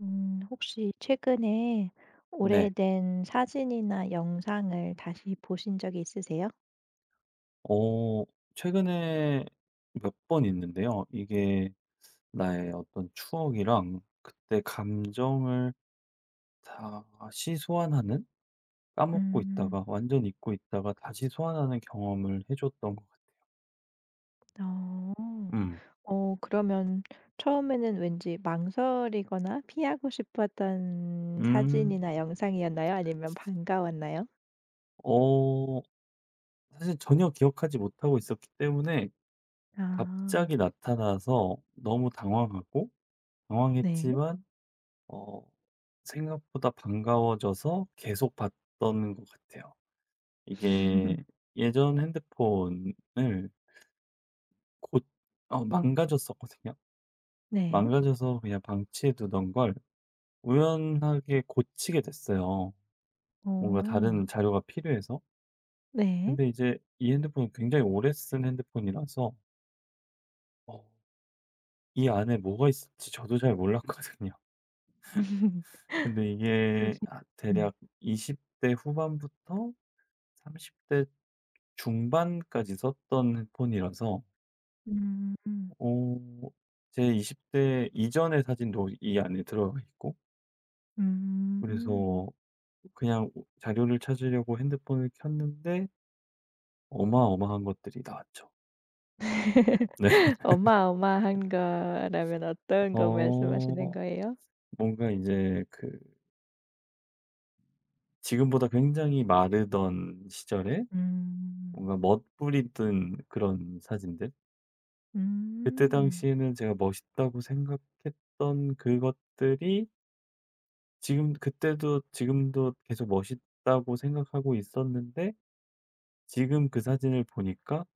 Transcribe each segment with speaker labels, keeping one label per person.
Speaker 1: 혹시 최근에
Speaker 2: 네.
Speaker 1: 오래된 사진이나 영상을 다시 보신 적이 있으세요?
Speaker 2: 어 최근에 몇 번 있는데요. 이게 나의 어떤 추억이랑 그때 감정을 다시 소환하는? 까먹고
Speaker 1: 음,
Speaker 2: 있다가 완전 잊고 있다가 다시 소환하는 경험을 해 줬던 것 같아요.
Speaker 1: 어,
Speaker 2: 음.
Speaker 1: 그러면 처음에는 왠지 망설이거나 피하고 싶었던
Speaker 2: 음.
Speaker 1: 사진이나 영상이었나요? 아니면 반가웠나요?
Speaker 2: 어 사실 전혀 기억하지 못하고 있었기 때문에
Speaker 1: 아,
Speaker 2: 갑자기 나타나서 너무 당황하고
Speaker 1: 네.
Speaker 2: 당황했지만 어 생각보다 반가워져서 계속 봤던 것 같아요. 이게 예전 핸드폰을 곧 망가졌었거든요.
Speaker 1: 네.
Speaker 2: 망가져서 그냥 방치해 두던 걸 우연하게 고치게 됐어요, 뭔가
Speaker 1: 어,
Speaker 2: 다른 자료가 필요해서.
Speaker 1: 네.
Speaker 2: 근데 이제 이 핸드폰은 굉장히 오래 쓴 핸드폰이라서 어. 이 안에 뭐가 있을지 저도 잘 몰랐거든요. 근데
Speaker 1: 그럴
Speaker 2: 이게
Speaker 1: 수
Speaker 2: 아
Speaker 1: 있죠.
Speaker 2: 대략 20대 후반부터 30대 중반까지 썼던 핸드 폰이라서
Speaker 1: 음.
Speaker 2: 어 제 20대 이전의 사진도 이 안에 들어가 있고
Speaker 1: 음.
Speaker 2: 그래서 그냥 자료를 찾으려고 핸드폰을 켰는데 어마어마한 것들이 나왔죠. 네.
Speaker 1: 어마어마한 거라면 어떤 거 말씀하시는
Speaker 2: 어
Speaker 1: 거예요?
Speaker 2: 뭔가 이제 그 지금보다 굉장히 마르던 시절에
Speaker 1: 음.
Speaker 2: 뭔가 멋부리던 그런 사진들, 그때
Speaker 1: 음.
Speaker 2: 당시에는 제가 멋있다고 생각했던 그것들이 지금 그때도 지금도 계속 멋있다고 생각하고 있었는데 지금 그 사진을 보니까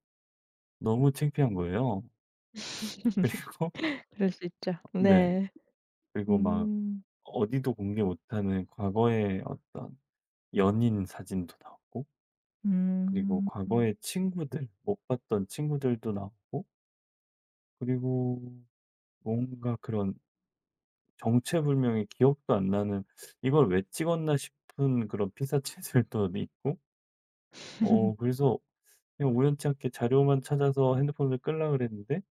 Speaker 2: 너무 창피한 거예요. 그리고
Speaker 1: 그럴 수 있죠.
Speaker 2: 네. 네.
Speaker 1: 네.
Speaker 2: 그리고 막
Speaker 1: 음.
Speaker 2: 어디도 공개 못하는 과거의 어떤 연인 사진도 나오고 그리고
Speaker 1: 음.
Speaker 2: 과거의 친구들, 못 봤던 친구들도 나오고 그리고 뭔가 그런 정체불명의, 기억도 안 나는 '이걸 왜 찍었나?' 싶은 그런 피사체들도 있고 그래서 그냥 우연치 않게 자료만 찾아서 핸드폰을 끌려고 그랬는데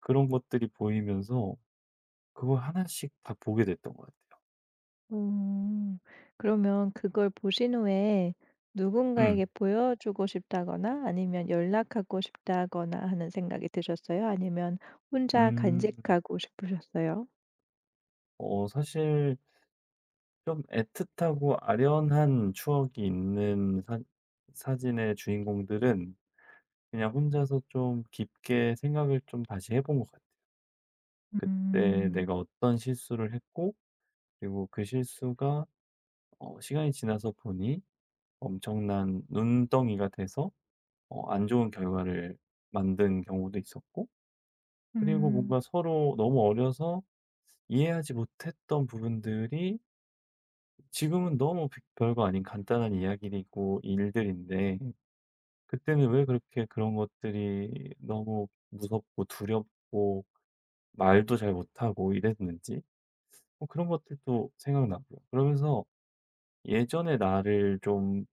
Speaker 2: 그런 것들이 보이면서 그걸 하나씩 다 보게 됐던 것 같아요.
Speaker 1: 음. 그러면 그걸 보신 후에
Speaker 2: 음.
Speaker 1: 누군가에게 보여주고 싶다거나 아니면 연락하고 싶다거나 하는 생각이 드셨어요? 아니면 혼자
Speaker 2: 음.
Speaker 1: 간직하고 싶으셨어요?
Speaker 2: 사실 좀 애틋하고 아련한 추억이 있는 사 사진의 주인공들은 그냥 혼자서 좀 깊게 생각을 좀 다시 해본 것 같아요. 그때
Speaker 1: 음.
Speaker 2: 내가 어떤 실수를 했고, 그리고 그 실수가 시간이 지나서 보니 엄청난 눈덩이가 돼서 안 좋은 결과를 만든 경우도 있었고, 그리고
Speaker 1: 음.
Speaker 2: 뭔가 서로 너무 어려서 이해하지 못했던 부분들이 지금은 너무 별거 아닌 간단한 이야기이고 일들인데 그때는 왜 그렇게 그런 것들이 너무 무섭고 두렵고 말도 잘 못하고 이랬는지, 뭐 그런 것들도 생각나고요. 그러면서 예전의 나를 좀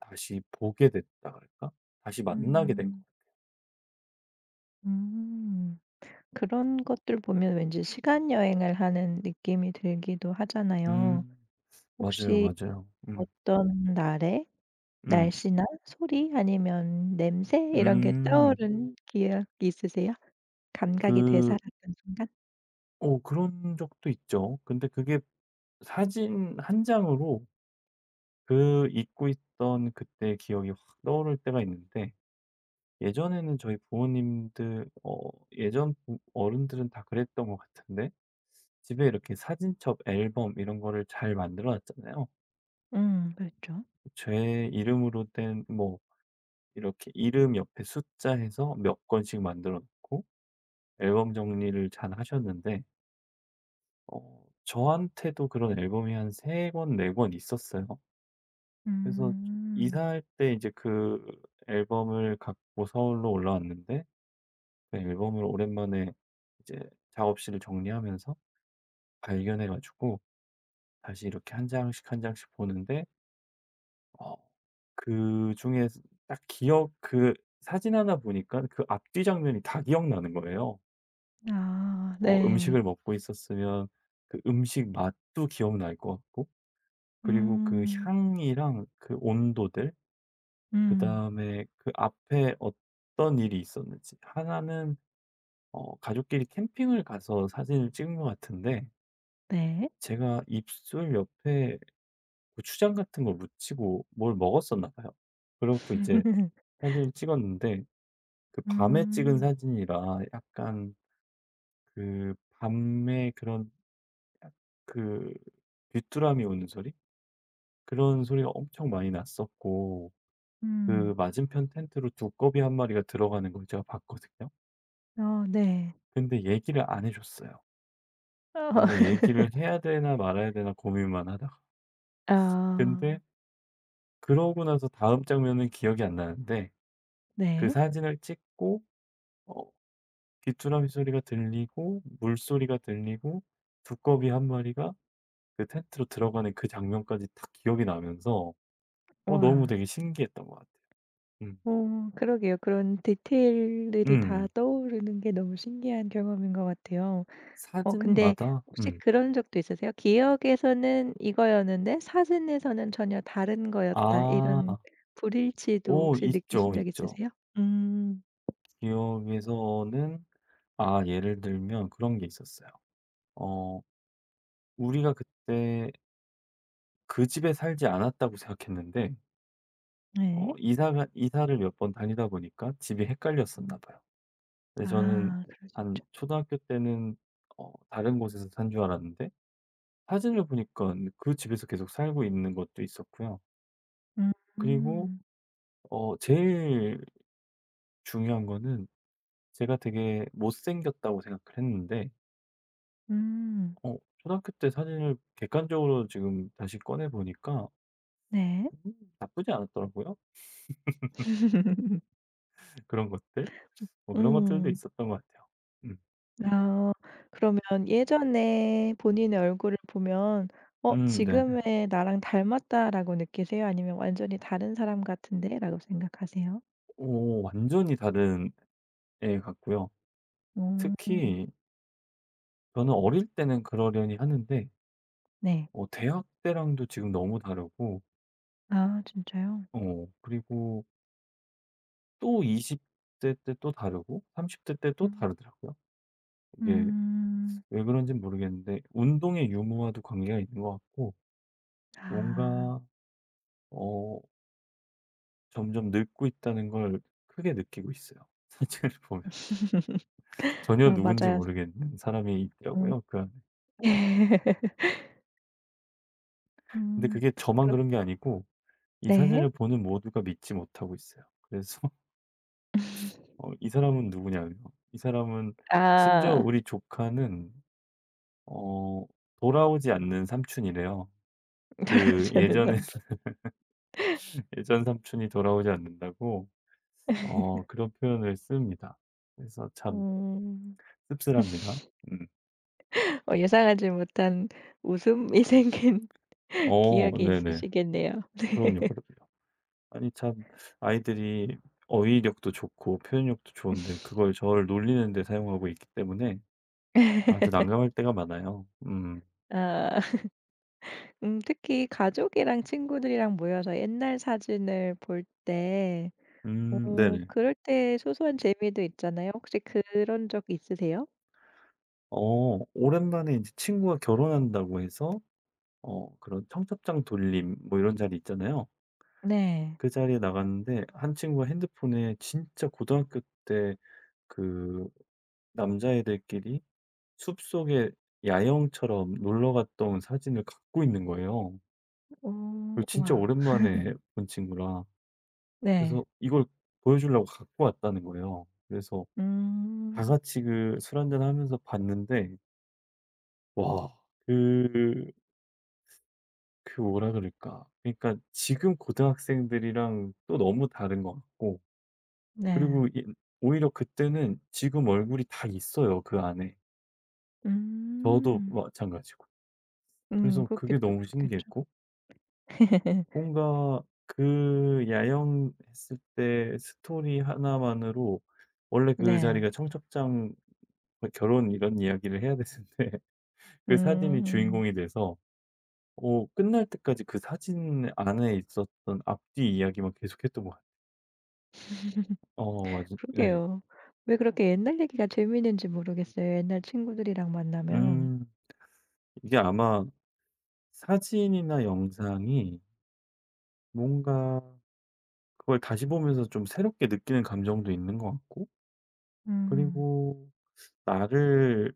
Speaker 2: 다시 보게 됐다 그럴까? 다시 만나게 된 거.
Speaker 1: 음. 음. 그런 것들 보면 왠지 시간 여행을 하는 느낌이 들기도 하잖아요.
Speaker 2: 음, 맞아요,
Speaker 1: 혹시
Speaker 2: 맞아요.
Speaker 1: 어떤 날에
Speaker 2: 음,
Speaker 1: 날씨나 소리 아니면 냄새 이런 게
Speaker 2: 음.
Speaker 1: 떠오른 기억이 있으세요? 감각이
Speaker 2: 그,
Speaker 1: 되살았던 순간?
Speaker 2: 오, 그런 적도 있죠. 근데 그게 사진 한 장으로 그 잊고 있던 그때 기억이 확 떠오를 때가 있는데 예전에는 저희 부모님들, 예전 부 어른들은 다 그랬던 것 같은데 집에 이렇게 사진첩, 앨범 이런 거를 잘 만들어 놨잖아요.
Speaker 1: 그렇죠.
Speaker 2: 제 이름으로 된 뭐 이렇게 이름 옆에 숫자 해서 몇 권씩 만들어 놓고 앨범 정리를 잘 하셨는데 저한테도 그런 앨범이 한 세 권, 네 권 있었어요. 그래서
Speaker 1: 음.
Speaker 2: 이사할 때 이제 그 앨범을 갖고 서울로 올라왔는데 그 앨범을 오랜만에 이제 작업실을 정리하면서 발견해 가지고 다시 이렇게 한 장씩 한 장씩 보는데 어 그중에 딱 기억 그 사진 하나 보니까 그 앞뒤 장면이 다 기억나는 거예요.
Speaker 1: 아 네.
Speaker 2: 음식을 먹고 있었으면 그 음식 맛도 기억날 것 같고 그리고 그
Speaker 1: 음.
Speaker 2: 향이랑 그 온도들,
Speaker 1: 음.
Speaker 2: 그다음에 그 앞에 어떤 일이 있었는지. 하나는 가족끼리 캠핑을 가서 사진을 찍은 것 같은데
Speaker 1: 네.
Speaker 2: 제가 입술 옆에 고추장 같은 걸 묻히고 뭘 먹었었나 봐요. 그래 갖고 이제 사진을 찍었는데 그 밤에 찍은
Speaker 1: 음.
Speaker 2: 사진이라 약간 그 밤에 그런 약 그 귀뚜라미 우는 소리? 그런 소리가 엄청 많이 났었고 그
Speaker 1: 음.
Speaker 2: 맞은편 텐트로 두꺼비 한 마리가 들어가는 걸 제가 봤거든요.
Speaker 1: 어 네.
Speaker 2: 근데 얘기를 안 해 줬어요.
Speaker 1: 어.
Speaker 2: 뭔가 얘기를 해야 되나 말아야 되나 고민만 하다가.
Speaker 1: 아
Speaker 2: 근데 그러고 나서 다음 장면은 기억이 안 나는데 그
Speaker 1: 네.
Speaker 2: 사진을 찍고 어 귀뚜라미 소리가 들리고 물소리가 들리고 두꺼비 한 마리가 그 텐트로 들어가는 그 장면까지 딱 기억이 나면서 너무
Speaker 1: 와
Speaker 2: 되게 신기했던 것 같아요. 음.
Speaker 1: 그러게요. 그런 디테일들이 다
Speaker 2: 음.
Speaker 1: 떠오르는 게 너무 신기한 경험인 것 같아요. 근데
Speaker 2: 사진마다
Speaker 1: 혹시 그런 적도 있으세요? '기억에서는 이거였는데 사진에서는 전혀 다른 거였다.' 이런
Speaker 2: 아.
Speaker 1: 불일치도
Speaker 2: 오,
Speaker 1: 혹시 느끼신
Speaker 2: 있죠,
Speaker 1: 적
Speaker 2: 있죠.
Speaker 1: 있으세요? 음
Speaker 2: 기억에서는, 아, 예를 들면 그런 게 있었어요. 어 우리가 그때 그 집에 살지 않았다고 생각했는데
Speaker 1: 네.
Speaker 2: 이사가 이사를 몇 번 다니다 보니까 집이 헷갈렸었나
Speaker 1: 음.
Speaker 2: 봐요. 근데 저는
Speaker 1: 아 그럴 수
Speaker 2: 한
Speaker 1: 있죠.
Speaker 2: 초등학교 때는 다른 곳에서 산 줄 알았는데 사진을 보니까 그 집에서 계속 살고 있는 것도 있었고요.
Speaker 1: 음.
Speaker 2: 그리고
Speaker 1: 음.
Speaker 2: 제일 중요한 거는, 제가 되게 못생겼다고 생각을 했는데
Speaker 1: 음,
Speaker 2: 초등학교 때 사진을 객관적으로 지금 다시 꺼내 보니까
Speaker 1: 네.
Speaker 2: 음 나쁘지 않았더라고요, 그런 것들. 뭐 그런 것들도
Speaker 1: 음.
Speaker 2: 있었던 것 같아요. 음.
Speaker 1: 아. 그러면 예전에 본인의 얼굴을 보면 '어
Speaker 2: 네.
Speaker 1: 지금의 나랑 닮았다.'라고 느끼세요? 아니면 '완전히 다른 사람 같은데.'라고 생각하세요?
Speaker 2: 오, 완전히 다른 애 같고요.
Speaker 1: 오
Speaker 2: 특히 저는 어릴 때는 그러려니 하는데
Speaker 1: 네.
Speaker 2: 대학 때랑도 지금 너무 다르고
Speaker 1: 아 진짜요?
Speaker 2: 그리고 또 20대 때 또 다르고 30대 때 또
Speaker 1: 음.
Speaker 2: 다르더라고요. 이게
Speaker 1: 음.
Speaker 2: 왜 그런는 모르겠는데 운동의 유무와도 관계가 있는 것 같고
Speaker 1: 아.
Speaker 2: 뭔가 어 점점 늙고 있다는 걸 크게 느끼고 있어요. 사진을 보면 전혀
Speaker 1: 아
Speaker 2: 누군지
Speaker 1: 맞아요.
Speaker 2: 모르겠는 사람이
Speaker 1: 음.
Speaker 2: 있더라고요. 그 근데
Speaker 1: 음.
Speaker 2: 그게
Speaker 1: 그
Speaker 2: 저만
Speaker 1: 럼
Speaker 2: 그런 게 아니고 이
Speaker 1: 네.
Speaker 2: 사진을 보는 모두가 믿지 못하고 있어요. 그래서 이 사람은 누구냐며. 이 사람은, 심지어
Speaker 1: 아.
Speaker 2: 우리 조카는 어 돌아오지 않는 삼촌이래요. 그
Speaker 1: 떨어지는
Speaker 2: 예전에
Speaker 1: 사람.
Speaker 2: 예전 삼촌이 돌아오지 않는다고 그런 표현을 씁니다. 그래서 참
Speaker 1: 음.
Speaker 2: 씁쓸합니다. 음.
Speaker 1: 예상하지 못한 웃음이 생긴 기억이
Speaker 2: 네네.
Speaker 1: 있으시겠네요.
Speaker 2: 그럼요, 그럼요. 아니 참, 아이들이 어휘력도 좋고 표현력도 좋은데 그걸 저를 놀리는 데 사용하고 있기 때문에 아주 난감할 때가 많아요. 음.
Speaker 1: 아 특히 가족이랑 친구들이랑 모여서 옛날 사진을 볼 때 오,
Speaker 2: 네네.
Speaker 1: 그럴 때 소소한 재미도 있잖아요. 혹시 그런 적 있으세요?
Speaker 2: 오랜만에 이제 친구가 결혼한다고 해서 그런 청첩장 돌림 뭐 이런 자리 있잖아요.
Speaker 1: 네.
Speaker 2: 그 자리에 나갔는데 한 친구가 핸드폰에 진짜 고등학교 때 그 남자애들끼리 숲속에 야영처럼 놀러 갔다 온 사진을 갖고 있는 거예요. 그걸
Speaker 1: 오,
Speaker 2: 진짜
Speaker 1: 와.
Speaker 2: 오랜만에 본 친구라,
Speaker 1: 네.
Speaker 2: 그래서 이걸 보여 주려고 갖고 왔다는 거예요. 그래서 다
Speaker 1: 음.
Speaker 2: 같이 그 술 한잔 하면서 봤는데, 와. 그 그 뭐라 그럴까. 그러니까 지금 고등학생들이랑 또 너무 다른 것 같고,
Speaker 1: 네.
Speaker 2: 그리고 이 오히려 그때는 지금 얼굴이 다 있어요, 그 안에. 저도
Speaker 1: 음.
Speaker 2: 마찬가지고. 그래서 그게
Speaker 1: 그렇겠죠,
Speaker 2: 너무
Speaker 1: 그렇겠죠.
Speaker 2: 신기했고 뭔가 그 야영했을 때 스토리 하나만으로, 원래 그
Speaker 1: 네.
Speaker 2: 자리가 청첩장 뭐 결혼 이런 이야기를 해야 되는데 그 사진이
Speaker 1: 음.
Speaker 2: 주인공이 돼서 끝날 때까지 그 사진 안에 있었던 앞뒤 이야기만 계속했던 것 같아요. 맞아. 네.
Speaker 1: 그러게요. 왜 그렇게 옛날 얘기가 재미있는지 모르겠어요, 옛날 친구들이랑 만나면.
Speaker 2: 음 이게 아마 사진이나 영상이, 뭔가 그걸 다시 보면서 좀 새롭게 느끼는 감정도 있는 것 같고
Speaker 1: 음.
Speaker 2: 그리고 나를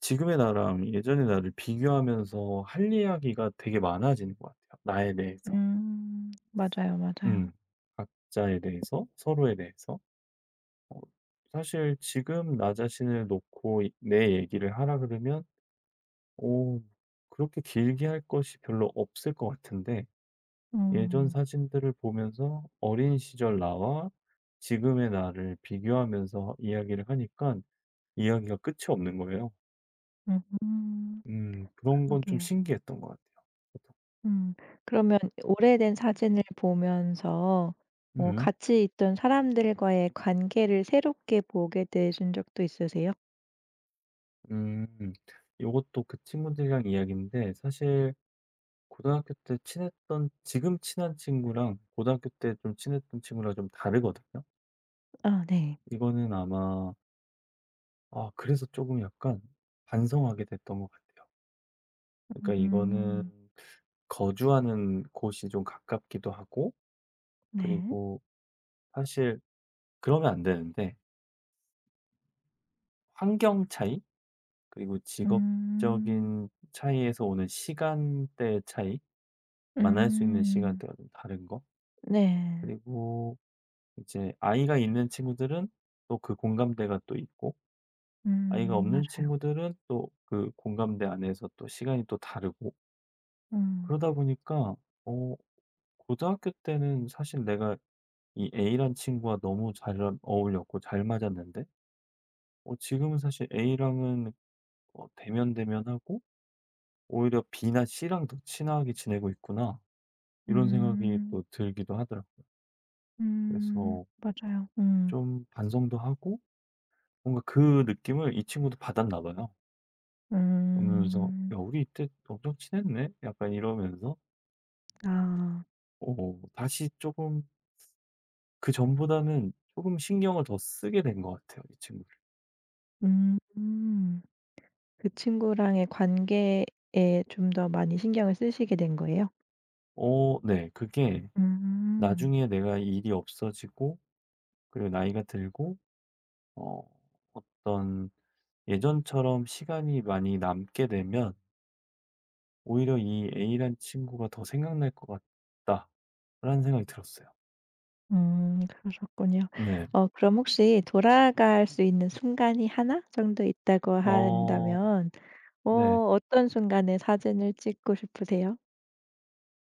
Speaker 2: 지금의 나랑 예전의 나를 비교하면서 할 이야기가 되게 많아지는 것 같아요, 나에 대해서.
Speaker 1: 음. 맞아요, 맞아요.
Speaker 2: 음. 각자에 대해서, 서로에 대해서. 어 사실 지금 나 자신을 놓고 이 내 얘기를 하라 그러면, 오, 그렇게 길게 할 것이 별로 없을 것 같은데 예전
Speaker 1: 음.
Speaker 2: 사진들을 보면서 어린 시절 나와 지금의 나를 비교하면서 이야기를 하니까 이야기가 끝이 없는 거예요.
Speaker 1: 음.
Speaker 2: 그런 건 좀
Speaker 1: 그러게요.
Speaker 2: 신기했던 것 같아요. 저도.
Speaker 1: 음. 그러면 오래된 사진을 보면서
Speaker 2: 음
Speaker 1: 같이 있던 사람들과의 관계를 새롭게 보게 되신 적도 있으세요?
Speaker 2: 음 이것도 그 친구들이랑 이야기인데 사실 고등학교 때 친했던 지금 친한 친구랑 고등학교 때 좀 친했던 친구랑 좀 다르거든요.
Speaker 1: 아 네.
Speaker 2: 이거는 아마, 아, 그래서 조금 약간 반성하게 됐던 것 같아요. 그러니까
Speaker 1: 음.
Speaker 2: 이거는 거주하는 곳이 좀 가깝기도 하고
Speaker 1: 네.
Speaker 2: 그리고 사실 그러면 안 되는데 환경 차이, 그리고
Speaker 1: 음.
Speaker 2: 직업적인 차이에서 오는 시간대 차이, 만날 수 있는
Speaker 1: 음.
Speaker 2: 시간대가 좀 다른 거,
Speaker 1: 네.
Speaker 2: 그리고 이제 아이가 있는 친구들은 또 그 공감대가 또 있고 아이가
Speaker 1: 음.
Speaker 2: 없는
Speaker 1: 맞아요.
Speaker 2: 친구들은 또 그 공감대 안에서 또 시간이 또 다르고,
Speaker 1: 음.
Speaker 2: 그러다 보니까 어 고등학교 때는 사실 내가 이 A란 친구와 너무 잘 어울렸고 잘 맞았는데 지금은 사실 A랑은 대면대면하고 오히려 B나 C랑 더 친하게 지내고 있구나. 이런 생각이
Speaker 1: 음.
Speaker 2: 또 들기도 하더라고요.
Speaker 1: 음.
Speaker 2: 그래서
Speaker 1: 맞아요. 음.
Speaker 2: 좀 반성도 하고 뭔가 그 느낌을 이 친구도 받았나 봐요. 그러면서
Speaker 1: 음.
Speaker 2: '야 우리 이때 엄청 친했네?' 약간 이러면서
Speaker 1: 아.
Speaker 2: 다시 조금 그전보다는 조금 신경을 더 쓰게 된 것 같아요, 이 친구를.
Speaker 1: 음. 음. 그 친구랑의 관계에 좀 더 많이 신경을 쓰시게 된 거예요?
Speaker 2: 네. 그게
Speaker 1: 음.
Speaker 2: 나중에 내가 일이 없어지고 그리고 나이가 들고 어 어떤, 예전처럼 시간이 많이 남게 되면 오히려 '이 A라는 친구가 더 생각날 것 같다.'라는 생각이 들었어요.
Speaker 1: 음. 그러셨군요.
Speaker 2: 네.
Speaker 1: 그럼 혹시 돌아갈 수 있는 순간이 하나 정도 있다고
Speaker 2: 어
Speaker 1: 한다면 어
Speaker 2: 네.
Speaker 1: 어떤 순간에 사진을 찍고 싶으세요?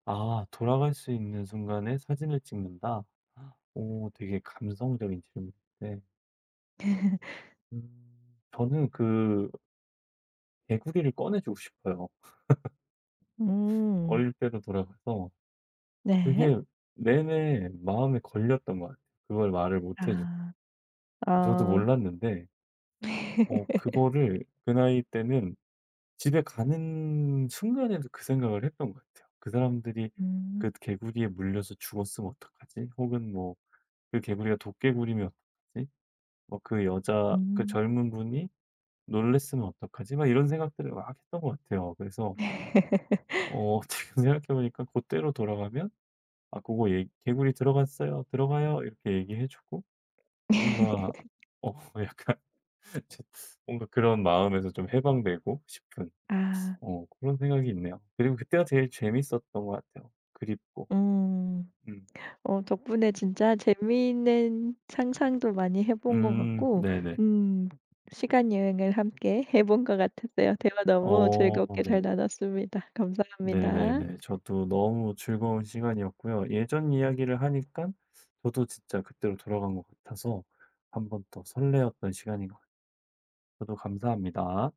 Speaker 2: 아, 돌아갈 수 있는 순간에 사진을 찍는다? 오, 되게 감성적인 질문인데 저는 그 개구리를 꺼내 주고 싶어요.
Speaker 1: 음.
Speaker 2: 어릴 때로 돌아가서,
Speaker 1: 네.
Speaker 2: 그게 내내 마음에 걸렸던 것 같아요. 그걸 말을 못 해주,
Speaker 1: 아.
Speaker 2: 저도
Speaker 1: 어.
Speaker 2: 몰랐는데 그거를 그 나이 때는 집에 가는 순간에도 그 생각을 했던 것 같아요. '그 사람들이
Speaker 1: 음.
Speaker 2: 그 개구리에 물려서 죽었으면 어떡하지?' 혹은 뭐 '그 개구리가 도깨구리면 어떡하지?' 뭐 '그 여자 그
Speaker 1: 음.
Speaker 2: 젊은 분이 놀랬으면 어떡하지?' 막 이런 생각들을 막 했던 것 같아요. 그래서 어 지금 생각해 보니까 그때로 돌아가면 "아 그거 얘 개구리 들어갔어요. 들어가요." 이렇게 얘기해 주고 뭔가 어 약간 제 뭔가 그런 마음에서 좀 해방되고 싶은
Speaker 1: 아.
Speaker 2: 그런 생각이 있네요. 그리고 그때가 제일 재밌었던 것 같아요. 그립고.
Speaker 1: 음.
Speaker 2: 음.
Speaker 1: 덕분에 진짜 재미있는 상상도 많이 해본 것 같고
Speaker 2: 네네.
Speaker 1: 음 시간 여행을 함께 해본 것 같았어요. 대화 너무 즐겁게 잘
Speaker 2: 네.
Speaker 1: 나눴습니다. 감사합니다.
Speaker 2: 네네네. 저도 너무 즐거운 시간이었고요. 예전 이야기를 하니까 저도 진짜 그때로 돌아간 것 같아서 한 번 더 설레었던 시간인 것 같아요. 저도 감사합니다.